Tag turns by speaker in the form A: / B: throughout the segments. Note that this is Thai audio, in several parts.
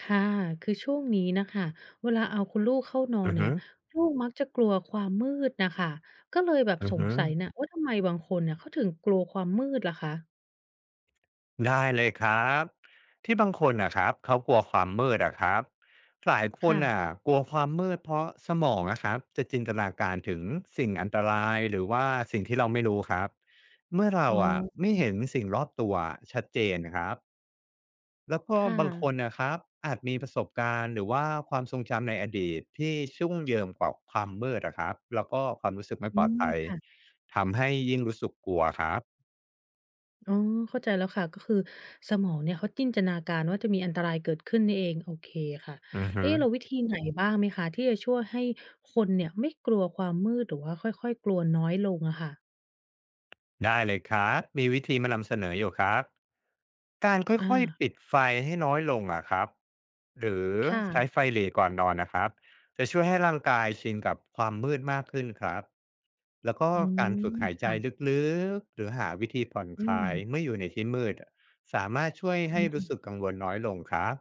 A: ค่ะคือช่วงนี้นะค่ะเวลาเอาคุณลูกเข้านอน
B: อือ
A: เนี่ย
B: ฮึ
A: ลูกมักจะกลัวความมืดนะคะ ก็เลยแบบ
B: อื
A: ส
B: อ
A: ง
B: ฮึ
A: สัยนะว่าทำไมบางคนเน่ยเขาถึงกลัวความมืดล่ะคะ
B: ได้เลยครับที่บางคนนะครับเขากลัวความมืดอะครับหลายคนอ่ะ
A: ค่ะ
B: กลัวความมืดเพราะสมองนะครับจะจินตนาการถึงสิ่งอันตรายหรือว่าสิ่งที่เราไม่รู้ครับเมื่อเรา
A: อ๋อ
B: อะไม่เห็นสิ่งรอบตัวชัดเจนครับแล้วก็
A: ค่ะ
B: บางคนนะครับอาจมีประสบการณ์หรือว่าความทรงจำในอดีตที่ชุ่งเหยิงกว่าความมืดอะครับแล้วก็ความรู้สึกไม่
A: อื
B: ปลอด
A: ม
B: ภัย
A: ค่ะ
B: ทำให้ยิ่งรู้สึกกลัวครับ
A: อ๋อเข้าใจแล้วค่ะก็คือสมองเนี่ยเขาจินตนาการว่าจะมีอันตรายเกิดขึ้นนี่เองโอเคค่ะ
B: อือฮึ
A: เอ๊ะแล้ววิธีไหนบ้างไหมคะที่จะช่วยให้คนเนี่ยไม่กลัวความมืดหรือว่าค่อยๆกลัวน้อยลงอะค่ะ
B: ได้เลยครับ มีวิธีมานำเสนออยู่ครับ การค่
A: อา
B: อยๆปิดไฟให้น้อยลงอะครับหรือ
A: ค่ะ
B: ใช้ไฟเหลก่อนนอนนะครับจะช่วยให้ร่างกายชินกับความมืดมากขึ้นครับ แล้วก็
A: อื
B: กา
A: ม
B: รฝึกหายใจ
A: ค่ะ
B: ลึกๆหรือหาวิธีผ่อนคลายเมื่ออยู่ในที่มืด สามารถช่วย
A: อื
B: ให้รู้สึ
A: ม
B: กกังวลน้อยลงครับ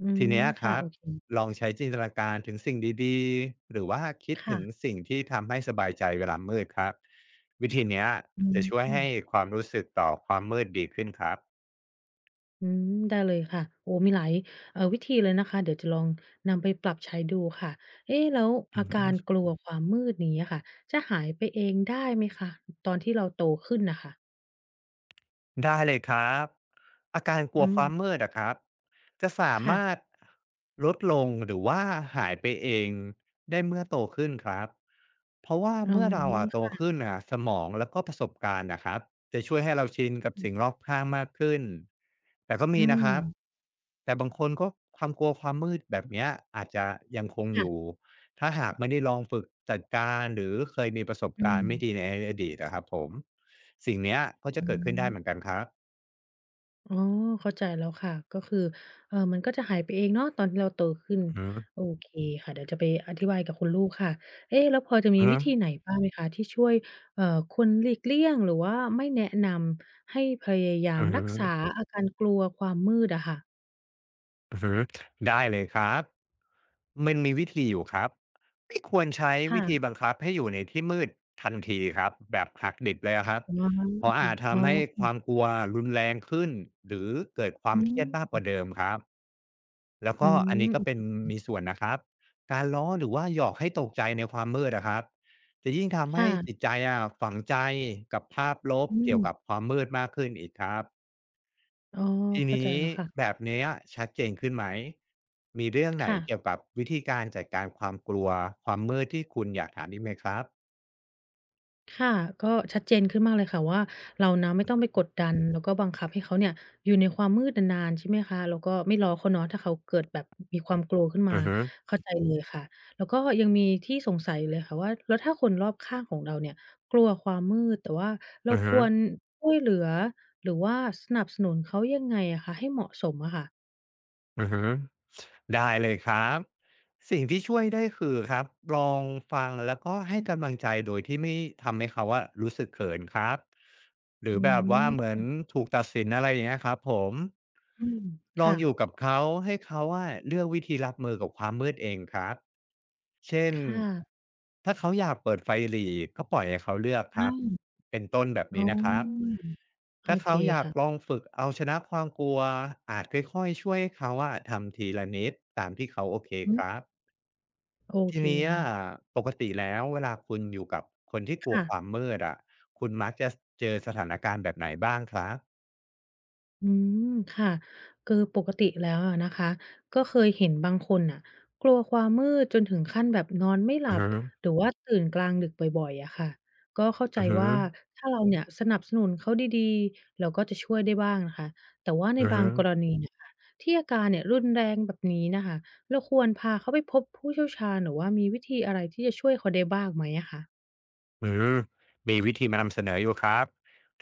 A: อืม
B: ทีเนี้ยค
A: ค่ะ
B: รั
A: โอ
B: บ
A: เค
B: ลองใช้จินตนาการถึงสิ่งดีๆหรือว่าคิดถึง
A: ค่ะ
B: สิ่งที่ทำให้สบายใจเวลามืดครับวิธีเนี้ย
A: อื
B: จะช่วยให้
A: ม
B: ความรู้สึกต่อความมืดดีขึ้นครับ
A: อืมได้เลยค่ะโอ้มีหลายวิธีเลยนะคะ เดี๋ยวจะลองนำไปปรับใช้ดูค่ะเอ๊ะแล้วอาการกลัวความมืดนี้อะค่ะ จะหายไปเองได้ไหมคะตอนที่เราโตขึ้นน่ะค่ะ
B: ได้เลยครับอาการก
A: อื
B: ลัว
A: ม
B: ความมืดอะครับจะสา
A: ค่ะ
B: มารถลดลงหรือว่าหายไปเองได้เมื่อโตขึ้นครับเพราะว่า
A: อ๋อ
B: เมื่อเราอะโต
A: ค่ะ
B: ขึ้นอะสมองแล้วก็ประสบการณ์นะครับจะช่วยให้เราชินกับสิ่งรอบข้างมากขึ้นแต่ก็
A: อื
B: มีนะค
A: ม
B: รับแต่บางคนก็ความกลัวความมืดแบบเนี้ยอาจจะยังคงอยู่
A: ค่ะ
B: ถ้าหากไม่ได้ลองฝึกจัดการหรือเคยมีประสบ
A: อื
B: การณ์ไม่ดี
A: ม
B: ในอดีตอะครับผมสิ่งเนี้ยก็จะ
A: อืม
B: เกิดขึ้น
A: อื
B: ได้เหมือ
A: ม
B: นกันครับ
A: อ๋อเข้าใจแล้วค่ะก็คือมันก็จะหายไปเองเนาะตอนที่เราโตขึ้น
B: อือฮึ
A: โอเคค่ะเดี๋ยวจะไปอธิบายกับคุณลูกค่ะเอ๊ะแล้วพอจะมี
B: อือ
A: วิ
B: ฮึ
A: ธีไหนบ้างไหมคะที่ช่วยเอ่อคนหลีกเลี่ยงหรือว่าไม่แนะนำให้พยายาม
B: อือ
A: รั
B: ฮึ
A: กษาอาการกลัวความมืดอะค่ะ
B: อือฮึได้เลยครับมันมีวิธีอยู่ครับไม่ควรใช้
A: ค่ะ
B: วิธีบังคับให้อยู่ในที่มืดทันทีครับแบบหักดิบเลยอะครับ
A: อ๋อ
B: เพราะอาจ
A: อ๋อ
B: ทำให้ความกลัวรุนแรงขึ้นหรือเกิดความ
A: อื
B: เครียดมากก
A: ม
B: ว่าเดิมครับแล้ว
A: อื
B: ก็อันนี้ก็เป็น
A: ม
B: มีส่วนนะครับการล้อหรือว่าหยอกให้ตกใจในความมืดอะครับจะยิ่งทำให้
A: ค่ะ
B: จิตใจอะฝังใจกับภาพลบ
A: อืม
B: เกี่ยวกับความมืดมากขึ้นอีกครับ
A: อ๋อ
B: ที
A: เข้าใจ
B: นี้
A: แล้ว
B: แบ
A: ค่ะ
B: บเนี้ยชัดเจนขึ้นไหมมีเรื่องไหน
A: ค่ะ
B: เกี่ยวกับวิธีการจัดการความกลัวความมืดที่คุณอยากถามอีกไหมครับ
A: ค่ะก็ชัดเจนขึ้นมากเลยค่ะว่าเรานะไม่ต้องไปกดดันแล้วก็บังคับให้เขาเนี่ยอยู่ในความมืดนานๆใช่ไหมคะแล้วก็ไม่ล้อเขาเนาะถ้าเขาเกิดแบบมีความกลัวขึ้นมา
B: อือฮ
A: เข้าใจเลยค่ะแล้วก็ยังมีที่สงสัยอยู่เลยค่ะว่าแล้วถ้าคนรอบข้างของเราเนี่ยกลัวความมืดแต่ว่าเราค
B: ึ
A: ว
B: ๆๆ
A: ร
B: ๆ
A: ช่วยเหลือหรือว่าสนับสนุนเขายังไงอะคะให้เหมาะสมอะค่ะ
B: ได้เลยครับ สิ่งที่ช่วยได้คือครับลองฟังแล้วก็ให้กำลังใจโดยที่ไม่ทำให้เขาว่ารู้สึกเขินครับหรื
A: อื
B: อแบบว่าเหมือ
A: ม
B: นถูกตัดสินอะไรอย่างเงี้ยครับผม
A: อืม
B: ลอง
A: ค่ะ
B: อยู่กับเขาให้เขาว่าเลือกวิธีรับมือกับความมืดเองครับเช่น
A: ค่ะ
B: ถ้าเขาอยากเปิดไฟหรี่ก็ปล่อยให้เขาเลือกค
A: อา
B: รับเป็นต้นแบบ
A: อ๋
B: นี้
A: อ
B: นะครับ
A: โอ
B: ถ้า
A: เค
B: เขาอยาก
A: ค่ะ
B: ลองฝึกเอาชนะความกลัวอาจค่อยๆช่วยเขาว่าทำทีละนิดตามที่เขาโอเค
A: อื
B: ครั
A: ม
B: บ
A: โอ
B: ที
A: เค
B: เนี้ย
A: ค่ะ
B: ปกติแล้วเวลาคุณอยู่กับคนที่กลัว
A: ค่ะ
B: ความมืดอะคุณมักจะเจอสถานการณ์แบบไหนบ้างครับ
A: อืมค่ะคือปกติแล้วอะนะคะก็เคยเห็นบางคนน่ะกลัวความมืดจนถึงขั้นแบบนอนไม่ห
B: อะ
A: ลับ
B: ฮะ
A: หรือว่าตื่นกลางดึกบ่อยๆอะค่ะก็เข้าใจ
B: อะฮะ
A: ว่าถ้าเราเนี่ยสนับสนุนเขาดีๆเราก็จะช่วยได้บ้างนะคะแต่ว่าใน
B: อะ
A: บาง
B: ฮะ
A: กรณีน่ะค่ะที่อาการเนี่ยรุนแรงแบบนี้น่ะค่ะเราควรพาเขาไปพบผู้เชี่ยวชาญหรือว่ามีวิธีอะไรที่จะช่วยเขาได้บ้างไหมอะคะ
B: อืมมีวิธีมานำเสนออยู่ครับ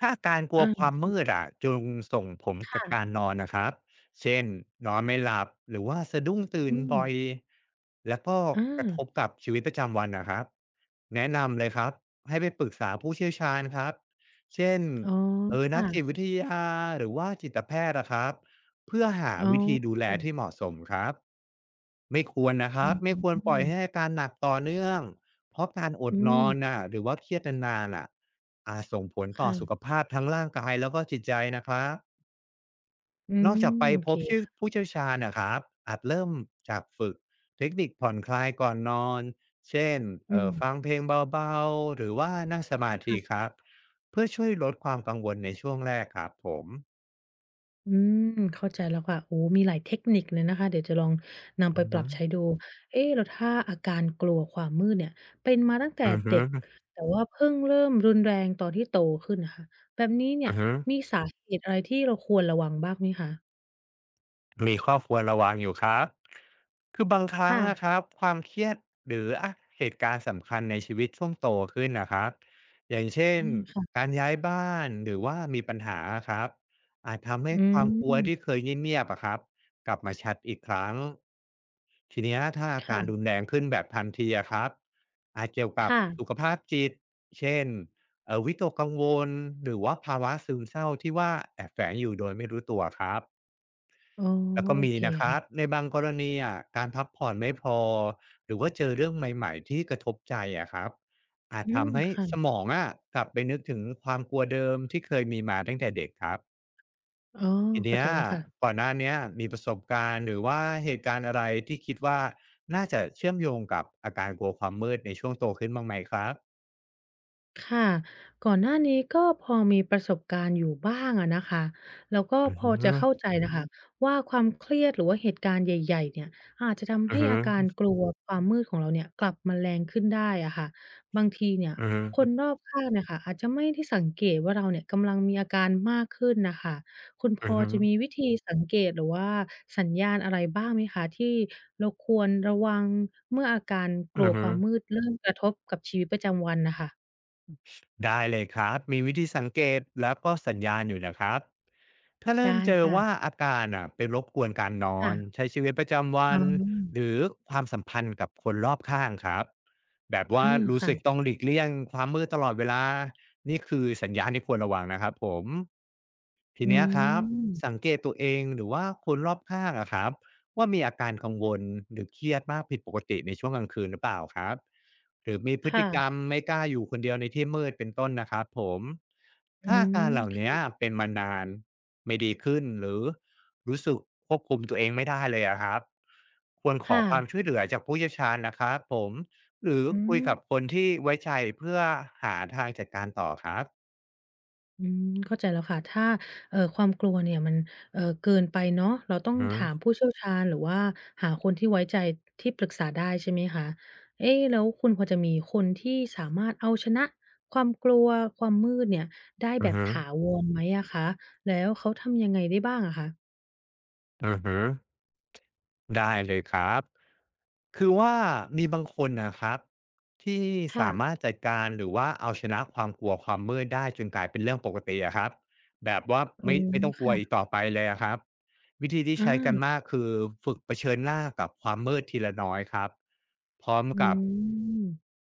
B: ถ้าการกลั
A: อ
B: วความ
A: า
B: มืดอะจึงส่งผลกับ
A: ค่ะ
B: การนอนนะครับเช่นนอนไม่หลับหรือว่าสะดุ้งตื่
A: อื
B: น
A: ม
B: บ่อยแล้วก็
A: อ
B: กระทบ
A: า
B: กับชีวิตประจำวันนะครับแนะนำเลยครับให้ไปปรึกษาผู้เชี่ยวชาญครับเช่น
A: อ๋อ
B: เออนั
A: ค่ะ
B: กจิตวิทยาหรือว่าจิตแพทย์นะครับเพื่อหา
A: อ๋อ
B: วิธีดูแลที่
A: ค่ะ
B: เหมาะสมครับไม่ควรนะค
A: อื
B: รับไม่ควรปล่อ
A: ม
B: ยให้อาการหนักต่อเนื่อง เพราะการอด
A: อื
B: น
A: ม
B: อนน่ะหรือว่าเครียดนานๆน่ะอาจส่งผลต่อสุข
A: ค่ะ
B: ภาพทั้งร่างกายแล้วก็จิตใจนะครับ
A: อื
B: นอกจาก
A: ม
B: ไป
A: โอ
B: พ
A: เค
B: บชื่อ
A: ค่ะ
B: ผู้เชี่ยวชาญนะครับอาจเริ่มจากฝึกเทคนิคผ่อนคลายก่อนนอนเช่น
A: อื
B: ฟั
A: ม
B: งเพลงเบาๆหรือว่านั่งสมาธิค
A: ค่ะ
B: รับเพื่อช่วยลดความกังวลในช่วงแรกครับผม
A: อืม เข้าใจแล้วค่ะโอ้มีหลายเทคนิคเลยนะคะเดี๋ยวจะลองนำไป
B: อือ
A: ปรั
B: ฮึ
A: บใช้ดูเอ๊ะแล้วถ้าอาการกลัวความมืดเนี่ยเป็นมาตั้งแต่
B: อือฮึ
A: เด็กแต่ว่าเพิ่งเริ่มรุนแรงตอนที่โตขึ้นน่ะค่ะแบบนี้เนี่ย
B: อือฮึ
A: มีสาเหตุอะไรที่เราควรระวังบ้างไหมคะ
B: มีข้อควรระวังอยู่ครับ คือบางครั้ง
A: ค่ะ
B: นะครับความเครียดหรืออะเหตุการณ์สำคัญในชีวิตช่วงโตขึ้นนะครับอย่างเช่น
A: อาค่ะ
B: การย้ายบ้านหรือว่ามีปัญหาครับอาจทำให้
A: อื
B: ความกลัวที่
A: ม
B: เคยเงียบๆอะครับกลับมาชัดอีกครั้ง ทีเนี้ยถ้าอาการรุน
A: ค่ะ
B: แรงขึ้นแบบทันทีอะครับอาจเกี่ยวกับ
A: ค่ะ
B: สุขภาพจิตเช่นวิตกกังวลหรือว่าภาวะซึมเศร้าที่ว่าแอบแฝงอยู่โดยไม่รู้ตัวครับ
A: อ๋อ
B: แล้วก็
A: โอ
B: มี
A: เค
B: นะครับ
A: ค่ะ
B: ในบางกรณีอะการพักผ่อนไม่พอหรือว่าเจอเรื่องใหม่ๆที่กระทบใจอะครับอาจ
A: อืม
B: ทำให้
A: ค่ะ
B: สมองอะกลับไปนึกถึงความกลัวเดิมที่เคยมีมาตั้งแต่เด็กครับ
A: อ๋อ
B: ที
A: เข้า
B: เนี้
A: ใจ
B: ย
A: แล้วค่ะ
B: ก่อนหน้าเนี้ยมีประสบการณ์หรือว่าเหตุการณ์อะไรที่คิดว่าน่าจะเชื่อมโยงกับอาการกลัวความมืดในช่วงโตขึ้นบ้างไหมครับ
A: ค่ะก่อนหน้านี้ก็พอมีประสบการณ์อยู่บ้างอะนะคะแล้วก็
B: อือ
A: พ
B: ฮ
A: อจะ
B: ึ
A: เข้าใจน่ะค่ะว่าความเครียดหรือว่าเหตุการณ์ใหญ่ๆเนี่ยอาจจะทำ
B: อือ
A: ให้
B: ฮึ
A: อาการกลัวความมืดของเราเนี่ยกลับมาแรงขึ้นได้อะค่ะบางทีเนี่ย
B: อือฮึ
A: คนรอบข้างเนี่ยค่ะอาจจะไม่ได้สังเกตว่าเราเนี่ยกำลังมีอาการมากขึ้นน่ะค่ะคุณพ
B: อื
A: อ
B: อฮึ
A: จะมีวิธีสังเกตหรือว่าสัญญาณอะไรบ้างไหมคะที่เราควรระวังเมื่ออาการกลั
B: อื
A: ว
B: อ
A: ค
B: ฮึ
A: วามมืดเริ่มกระทบกับชีวิตประจำวันน่ะค่ะ
B: ได้เลยครับมีวิธีสังเกตแล้วก็สัญญาณอยู่นะครับ ถ้าเริ่ม
A: ได้
B: เจอ
A: ค่ะ
B: ว่าอาการอ่ะเปนรบกวนการนอ
A: ค่ะ
B: นใช้ชีวิตประจำวั
A: อ๋
B: นห
A: อ
B: รือความสัมพันธ์กับคนรอบข้างครับแบบว่า
A: อา
B: รู้สึกต้
A: ค่ะ
B: องหลีกเลี่ยงความมืดตลอดเวลานี่คือสัญญาณที่ควรระวังนะครับผมที
A: อื
B: เนี้ยครับสั
A: ม
B: งเกตตัวเองหรือว่าคนรอบข้างอะครับ ว่ามีอาการกังวลหรือเครียดมากผิดปกติในช่วงกลางคืนหรือเปล่าครับหรือมีพฤ
A: ค่ะ
B: ติกรรมไม่กล้าอยู่คนเดียวในที่มืดเป็นต้นนะครับผม
A: อื
B: ถ้าอาการ
A: ม
B: เหล่านี้เป็นมานานไม่ดีขึ้นหรือรู้สึกควบคุมตัวเองไม่ได้เลยอะครับควรขอ
A: ค่ะ
B: ความช่วยเหลือจากผู้เชี่ยวชาญนะครับผมหรือ
A: อื
B: คุย
A: ม
B: กับคนที่ไว้ใจเพื่อหาทางจัดการต่อครับ
A: อืมเข้าใจแล้วค่ะถ้าความกลัวเนี่ยมันเกินไปเนาะเราต้อง
B: อือฮึ
A: ถามผู้เชี่ยวชาญหรือว่าหาคนที่ไว้ใจที่ปรึกษาได้ใช่ไหมคะเอ๊แล้วคุณพอจะมีคนที่สามารถเอาชนะความกลัวความมืดเนี่ยได้แบ
B: อือ
A: บ
B: ฮึ
A: ถาวรไหมอะคะแล้วเขาทำยังไงได้บ้างอะคะ
B: อือฮึ ได้เลยครับ คือว่ามีบางคนนะครับที่สามาร
A: ค่ะ
B: ถจัดการหรือว่าเอาชนะความกลัวความมืดได้จนกลายเป็นเรื่องปกติอะครับแบบว่า
A: อ๋อ
B: ไม่ต้องกลัว
A: ค่ะ
B: อีกต่อไปเลยอะครับวิธีที่
A: อา
B: ใช้กันมากคือฝึกเผชิญหน้ากับความมืดทีละน้อยครับพร้อม
A: อื
B: กับ
A: ม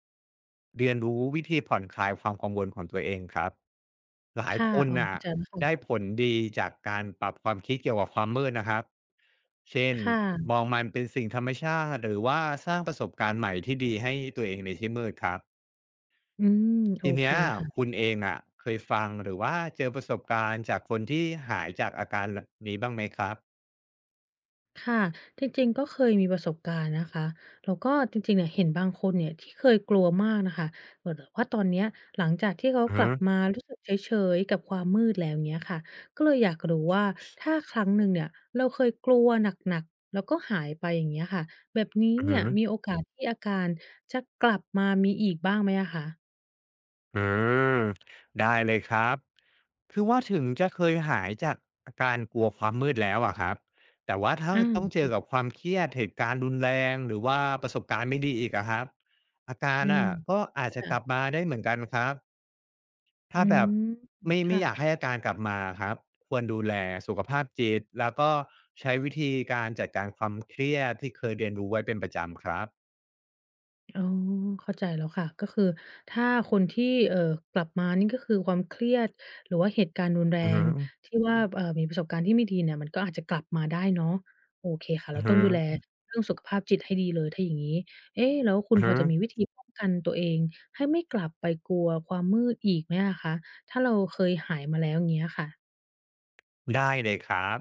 B: เรียนรู้วิธีผ่อนคลายความกังวลของตัวเองครับหลาย
A: ค่ะ
B: คน
A: อ๋อ
B: น่ะ
A: เข้าใจแล้ว
B: ได้
A: ค่ะ
B: ผลดีจากการปรับความคิดเกี่ยวกับความมืดนะครับ เช่น
A: ค
B: ม
A: ่ะ
B: องมันเป็นสิ่งธรรมชาติหรือว่าสร้างประสบการณ์ใหม่ที่ดีให้ตัวเองในที่มืดครับ
A: อืมโอ
B: ที
A: เค
B: เนี้ย
A: ค่ะ
B: คุณเองอ่ะเคยฟังหรือว่าเจอประสบการณ์จากคนที่หายจากอาการนี้บ้างไหมครับ
A: ค่ะจริงๆก็เคยมีประสบการณ์นะคะแล้วก็จริงๆเนี่ยเห็นบางคนเนี่ยที่เคยกลัวมากน่ะค่ะแต่ว่าตอนเนี้ยหลังจากที่เขาก
B: อื
A: ลับ
B: ม
A: มารู้สึกเฉยๆกับความมืดแล้วเงี้ยค่ะก็เลยอยากรู้ว่าถ้าครั้งหนึ่งเนี่ยเราเคยกลัวหนักๆแล้วก็หายไปอย่างเงี้ยค่ะแบบนี้
B: อ
A: เนี่
B: ฮึ
A: ย
B: ออ
A: มีโอกาสที่อาการจะกลับมามีอีกบ้างไหมอะคะ
B: อืมได้เลยครับคือว่าถึงจะเคยหายจากอาการกลัวความมืดแล้วอะครับแต่ว่าถ้าต้องเจ
A: อา
B: อกับความเครียดเหตุการณ์รุนแรงหรือว่าประสบการณ์ไม่ดีอีกอะครับอาการ
A: อืม
B: อ่ะก็อาจจะ
A: ค่ะ
B: กลับมาได้เหมือนกันครับ
A: อื
B: ถ้าแบ
A: ม
B: บไม่อยาก
A: ค่ะ
B: ให้อาการกลับมาครับควรดูแลสุขภาพจิตแล้วก็ใช้วิธีการจัดการความเครียดที่เคยเรียนรู้ไว้เป็นประจำครับ
A: อ๋อเข้าใจแล้วค่ะก็คือถ้าคนที่เอ่อกลับมานี่ก็คือความเครียดหรือว่าเหตุการณ์รุนแร
B: อือ
A: ง
B: ฮึ
A: ที่ว่ามีประสบการณ์ที่ไม่ดีเนี่ยมันก็อาจจะกลับมาได้เนาะโอเคค่ะ
B: อื
A: เรา
B: อ
A: ต้
B: ฮึ
A: องดูแลเรื่องสุขภาพจิตให้ดีเลยถ้าอย่างงี้เอ๊ะแล้วคุณ
B: อือ
A: พอ
B: ฮึ
A: จะมีวิธีป้องกันตัวเองให้ไม่กลับไปกลัวความมืดอีกไหมอะคะถ้าเราเคยหายมาแล้วอย่างเงี้ยค่ะ
B: ได้เลยครับ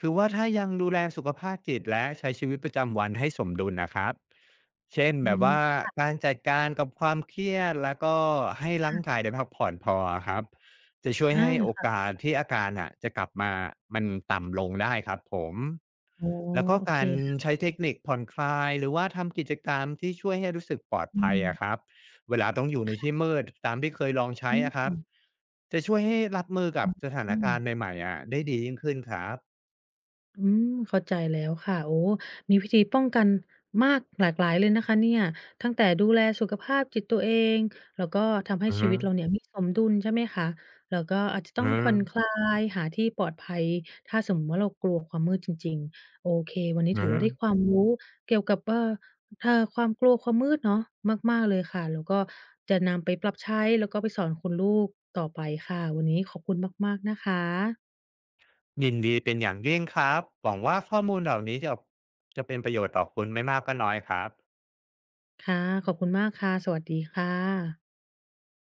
B: คือว่าถ้ายังดูแลสุขภาพจิตและใช้ชีวิตประจำวันให้สมดุลนะครับเช่น
A: อื
B: แบบว่า
A: ม
B: การจัดการกับความเครียดแล้วก็ให้ร่างกา
A: ค่ะ
B: ยได้พักผ่อนพอครับจะช่วย
A: อา
B: ให้โอ
A: ค่ะ
B: กาสที่อาการอ่ะจะกลับมามันต่ำลงได้ครับผม
A: อ๋อ
B: แล้วก็
A: โอเค
B: การ
A: ค่ะ
B: ใช้เทคนิคผ่อนคลายหรือว่าทำกิจกรรมที่ช่วยให้รู้สึกปลอด
A: อื
B: ภัยอะค
A: ม
B: รับ เวลาต้องอยู่ในที่มืดตามที่เคยลองใช้
A: อืม
B: อะครั
A: อื
B: บ
A: อ
B: จะช่วยให้รับมือกับสถา
A: อื
B: นการณ์
A: ม
B: ใหม่ๆอะได้ดียิ่งขึ้นครับ
A: อืมเข้าใจแล้วค่ะโอ้มีวิธีป้องกันมากหลากหลายเลยนะคะเนี่ยตั้งแต่ดูแลสุขภาพจิตตัวเองแล้วก็ทำให้
B: อื
A: ชี
B: ม
A: วิตเราเนี่ยมีสมดุลใช่ไหมคะแล้วก็อาจจะ
B: อื
A: ต้องผ่อนค
B: ม
A: ลายหาที่ปลอดภัยถ้าสมมุติว่าเรากลัวความมืดจริงๆโอเควันนี้
B: อื
A: ถือ
B: ม
A: ว่าได้ความรู้เกี่ยวกับความกลัวความมืดเนาะมากๆเลยค่ะแล้วก็จะนำไปปรับใช้แล้วก็ไปสอนคุณลูกต่อไปค่ะวันนี้ขอบคุณมากๆนะคะ
B: ยินดีเป็นอย่างยิ่งครับหวังว่าข้อมูลเหล่านี้จะเป็นประโยชน์ต่อคุณไม่มากก็น้อยครับ
A: ค่ะขอบคุณมากค่ะ สวัสดีค่ะ